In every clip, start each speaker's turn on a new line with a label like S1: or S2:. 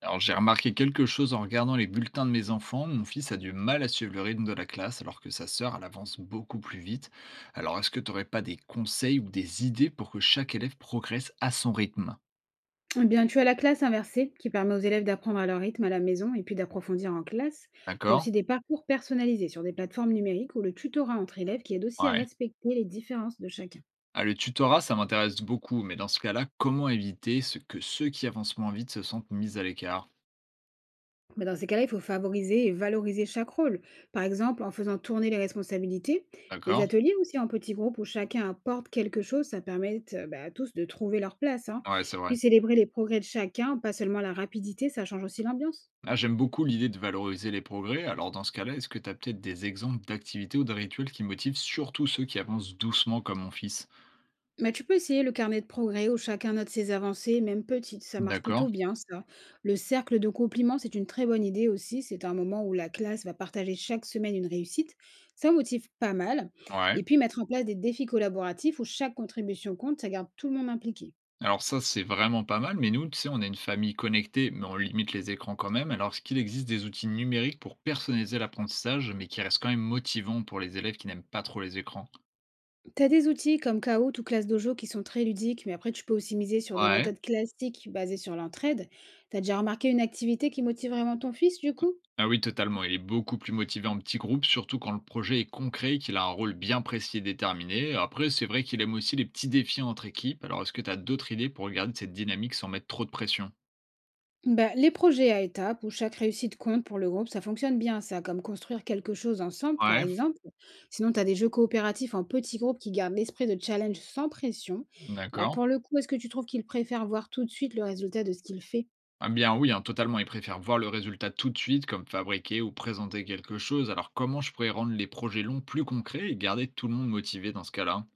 S1: Alors, j'ai remarqué quelque chose en regardant les bulletins de mes enfants. Mon fils a du mal à suivre le rythme de la classe, alors que sa sœur, elle avance beaucoup plus vite. Alors, est-ce que tu n'aurais pas des conseils ou des idées pour que chaque élève progresse à son rythme?
S2: Eh bien, tu as la classe inversée qui permet aux élèves d'apprendre à leur rythme à la maison et puis d'approfondir en classe. Tu as
S1: D'accord.
S2: aussi des parcours personnalisés sur des plateformes numériques ou le tutorat entre élèves qui aide aussi à
S1: Ouais.
S2: respecter les différences de chacun.
S1: Ah, le tutorat, ça m'intéresse beaucoup, mais dans ce cas-là, comment éviter ce que ceux qui avancent moins vite se sentent mis à l'écart?
S2: Mais dans ces cas-là, il faut favoriser et valoriser chaque rôle. Par exemple, en faisant tourner les responsabilités, les
S1: D'accord.
S2: ateliers aussi en petits groupes où chacun apporte quelque chose, ça permet bah, à tous de trouver leur place, hein.
S1: Ouais, c'est vrai.
S2: Puis célébrer les progrès de chacun, pas seulement la rapidité, ça change aussi l'ambiance.
S1: Ah, j'aime beaucoup l'idée de valoriser les progrès. Alors, dans ce cas-là, est-ce que tu as peut-être des exemples d'activités ou de rituels qui motivent surtout ceux qui avancent doucement comme mon fils?
S2: Bah, tu peux essayer le carnet de progrès où chacun note ses avancées, même petites, ça marche
S1: D'accord.
S2: plutôt bien ça. Le cercle de compliments, c'est une très bonne idée aussi, c'est un moment où la classe va partager chaque semaine une réussite, ça motive pas mal.
S1: Ouais.
S2: Et puis mettre en place des défis collaboratifs où chaque contribution compte, ça garde tout le monde impliqué.
S1: Alors ça, c'est vraiment pas mal, mais nous, tu sais, on est une famille connectée, mais on limite les écrans quand même. Alors, est-ce qu'il existe des outils numériques pour personnaliser l'apprentissage, mais qui restent quand même motivants pour les élèves qui n'aiment pas trop les écrans?
S2: T'as des outils comme Kahoot ou Classe Dojo qui sont très ludiques, mais après tu peux aussi miser sur des
S1: Ouais.
S2: méthodes classiques basées sur l'entraide. T'as déjà remarqué une activité qui motive vraiment ton fils du coup?
S1: Ah oui, totalement. Il est beaucoup plus motivé en petit groupe, surtout quand le projet est concret et qu'il a un rôle bien précis et déterminé. Après, c'est vrai qu'il aime aussi les petits défis entre équipes. Alors, est-ce que tu as d'autres idées pour garder cette dynamique sans mettre trop de pression?
S2: Bah, les projets à étapes où chaque réussite compte pour le groupe, ça fonctionne bien, ça, comme construire quelque chose ensemble, par
S1: Ouais,
S2: exemple. Sinon, tu as des jeux coopératifs en petits groupes qui gardent l'esprit de challenge sans pression. Alors,
S1: d'accord.
S2: pour le coup, est-ce que tu trouves qu'ils préfèrent voir tout de suite le résultat de ce qu'ils fait?
S1: Ah bien oui, hein, totalement. Ils préfèrent voir le résultat tout de suite, comme fabriquer ou présenter quelque chose. Alors comment je pourrais rendre les projets longs plus concrets et garder tout le monde motivé dans ce cas-là?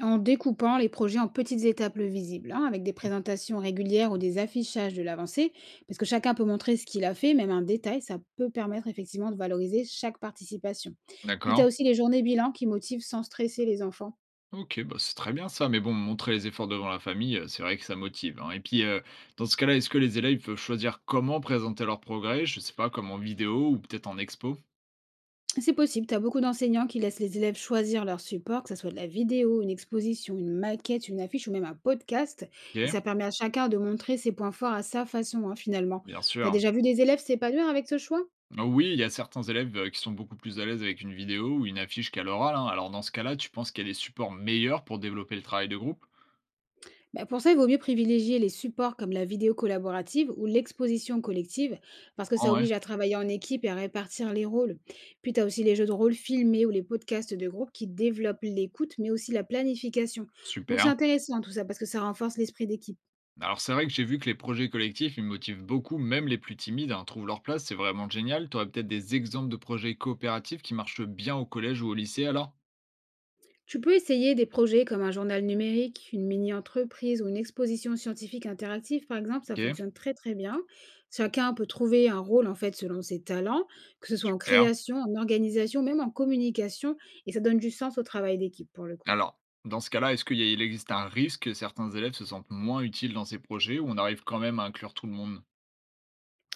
S2: En découpant les projets en petites étapes visibles, hein, avec des présentations régulières ou des affichages de l'avancée, parce que chacun peut montrer ce qu'il a fait, même un détail, ça peut permettre effectivement de valoriser chaque participation. Puis, tu
S1: D'accord.
S2: as aussi les journées bilan qui motivent sans stresser les enfants.
S1: Ok, bah c'est très bien ça, mais bon, montrer les efforts devant la famille, c'est vrai que ça motive, hein. Et puis, dans ce cas-là, est-ce que les élèves peuvent choisir comment présenter leur progrès? Je sais pas, comme en vidéo ou peut-être en expo?
S2: C'est possible, tu as beaucoup d'enseignants qui laissent les élèves choisir leur support, que ce soit de la vidéo, une exposition, une maquette, une affiche ou même un podcast. Et
S1: Ok,
S2: ça permet à chacun de montrer ses points forts à sa façon, hein, finalement.
S1: bien
S2: Tu as
S1: sûr.
S2: déjà vu des élèves s'épanouir avec ce choix?
S1: Ah oui, il y a certains élèves qui sont beaucoup plus à l'aise avec une vidéo ou une affiche qu'à l'oral, hein. Alors, dans ce cas-là, tu penses qu'il y a des supports meilleurs pour développer le travail de groupe?
S2: Bah, pour ça, il vaut mieux privilégier les supports comme la vidéo collaborative ou l'exposition collective, parce que
S1: Ah
S2: ça
S1: ouais.
S2: oblige à travailler en équipe et à répartir les rôles. Puis tu as aussi les jeux de rôle filmés ou les podcasts de groupe qui développent l'écoute, mais aussi la planification. Donc c'est
S1: Super.
S2: intéressant tout ça, parce que ça renforce l'esprit d'équipe.
S1: Alors c'est vrai que j'ai vu que les projets collectifs, ils me motivent beaucoup, même les plus timides, hein, trouvent leur place, c'est vraiment génial. Tu aurais peut-être des exemples de projets coopératifs qui marchent bien au collège ou au lycée alors?
S2: Tu peux essayer des projets comme un journal numérique, une mini-entreprise ou une exposition scientifique interactive, par exemple, ça
S1: Ok,
S2: fonctionne très très bien. Chacun peut trouver un rôle en fait selon ses talents, que ce soit en
S1: super.
S2: création, en organisation, même en communication, et ça donne du sens au travail d'équipe pour le coup.
S1: Alors, dans ce cas-là, est-ce qu'il y a- il existe un risque que certains élèves se sentent moins utiles dans ces projets ou on arrive quand même à inclure tout le monde?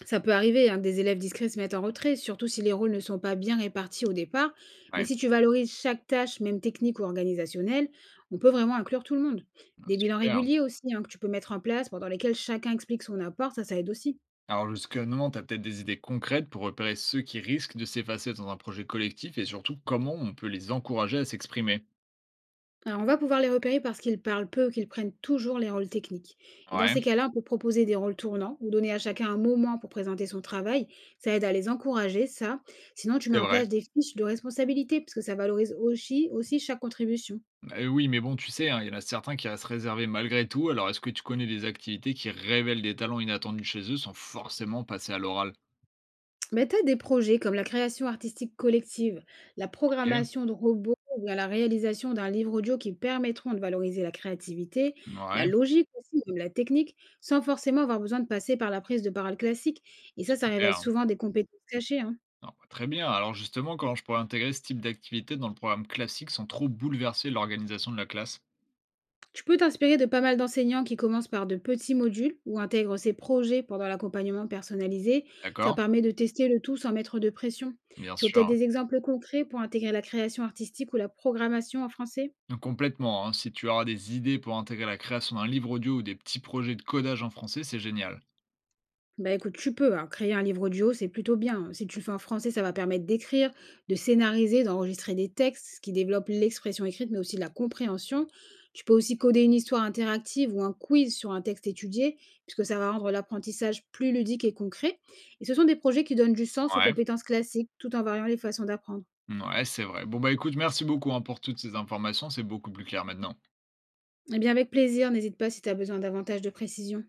S2: Ça peut arriver hein, que des élèves discrets se mettent en retrait, surtout si les rôles ne sont pas bien répartis au départ, mais
S1: Ouais,
S2: si tu valorises chaque tâche, même technique ou organisationnelle, on peut vraiment inclure tout le monde. Des bilans
S1: super.
S2: réguliers aussi hein, que tu peux mettre en place pendant lesquels chacun explique son apport, ça aide aussi.
S1: Alors jusqu'à maintenant, tu as peut-être des idées concrètes pour repérer ceux qui risquent de s'effacer dans un projet collectif et surtout comment on peut les encourager à s'exprimer.
S2: Alors, on va pouvoir les repérer parce qu'ils parlent peu ou qu'ils prennent toujours les rôles techniques. Et dans
S1: Ouais,
S2: ces cas-là, on peut proposer des rôles tournants ou donner à chacun un moment pour présenter son travail. Ça aide à les encourager, ça. Sinon, tu mets
S1: c'est
S2: en
S1: vrai.
S2: place des fiches de responsabilité parce que ça valorise aussi chaque contribution.
S1: Oui, mais bon, tu sais, hein, il y en a certains qui restent réservés malgré tout. Alors, est-ce que tu connais des activités qui révèlent des talents inattendus chez eux sans forcément passer à l'oral?
S2: Mais tu as des projets comme la création artistique collective, la
S1: OK,
S2: programmation de robots ou bien la réalisation d'un livre audio qui permettront de valoriser la créativité, la
S1: ouais,
S2: logique aussi, même la technique, sans forcément avoir besoin de passer par la prise de parole classique. Et ça révèle
S1: super.
S2: souvent des compétences cachées, hein.
S1: Non, bah, très bien. Alors justement, comment je pourrais intégrer ce type d'activité dans le programme classique sans trop bouleverser l'organisation de la classe?
S2: Tu peux t'inspirer de pas mal d'enseignants qui commencent par de petits modules ou intègrent ces projets pendant l'accompagnement personnalisé. Ça
S1: D'accord.
S2: permet de tester le tout sans mettre de pression.
S1: Bien
S2: Tu veux peut-être
S1: sûr.
S2: des exemples concrets pour intégrer la création artistique ou la programmation en français?
S1: Mmh, complètement, hein. Si tu auras des idées pour intégrer la création d'un livre audio ou des petits projets de codage en français, c'est génial.
S2: Bah, écoute, tu peux, hein, créer un livre audio, c'est plutôt bien. Si tu le fais en français, ça va permettre d'écrire, de scénariser, d'enregistrer des textes, ce qui développe l'expression écrite, mais aussi la compréhension. Tu peux aussi coder une histoire interactive ou un quiz sur un texte étudié, puisque ça va rendre l'apprentissage plus ludique et concret. Et ce sont des projets qui donnent du sens aux
S1: Ouais,
S2: compétences classiques, tout en variant les façons d'apprendre.
S1: ouais, c'est vrai. Bon, bah, écoute, merci beaucoup, hein, pour toutes ces informations, c'est beaucoup plus clair maintenant.
S2: Eh bien, avec plaisir, n'hésite pas si tu as besoin davantage de précision.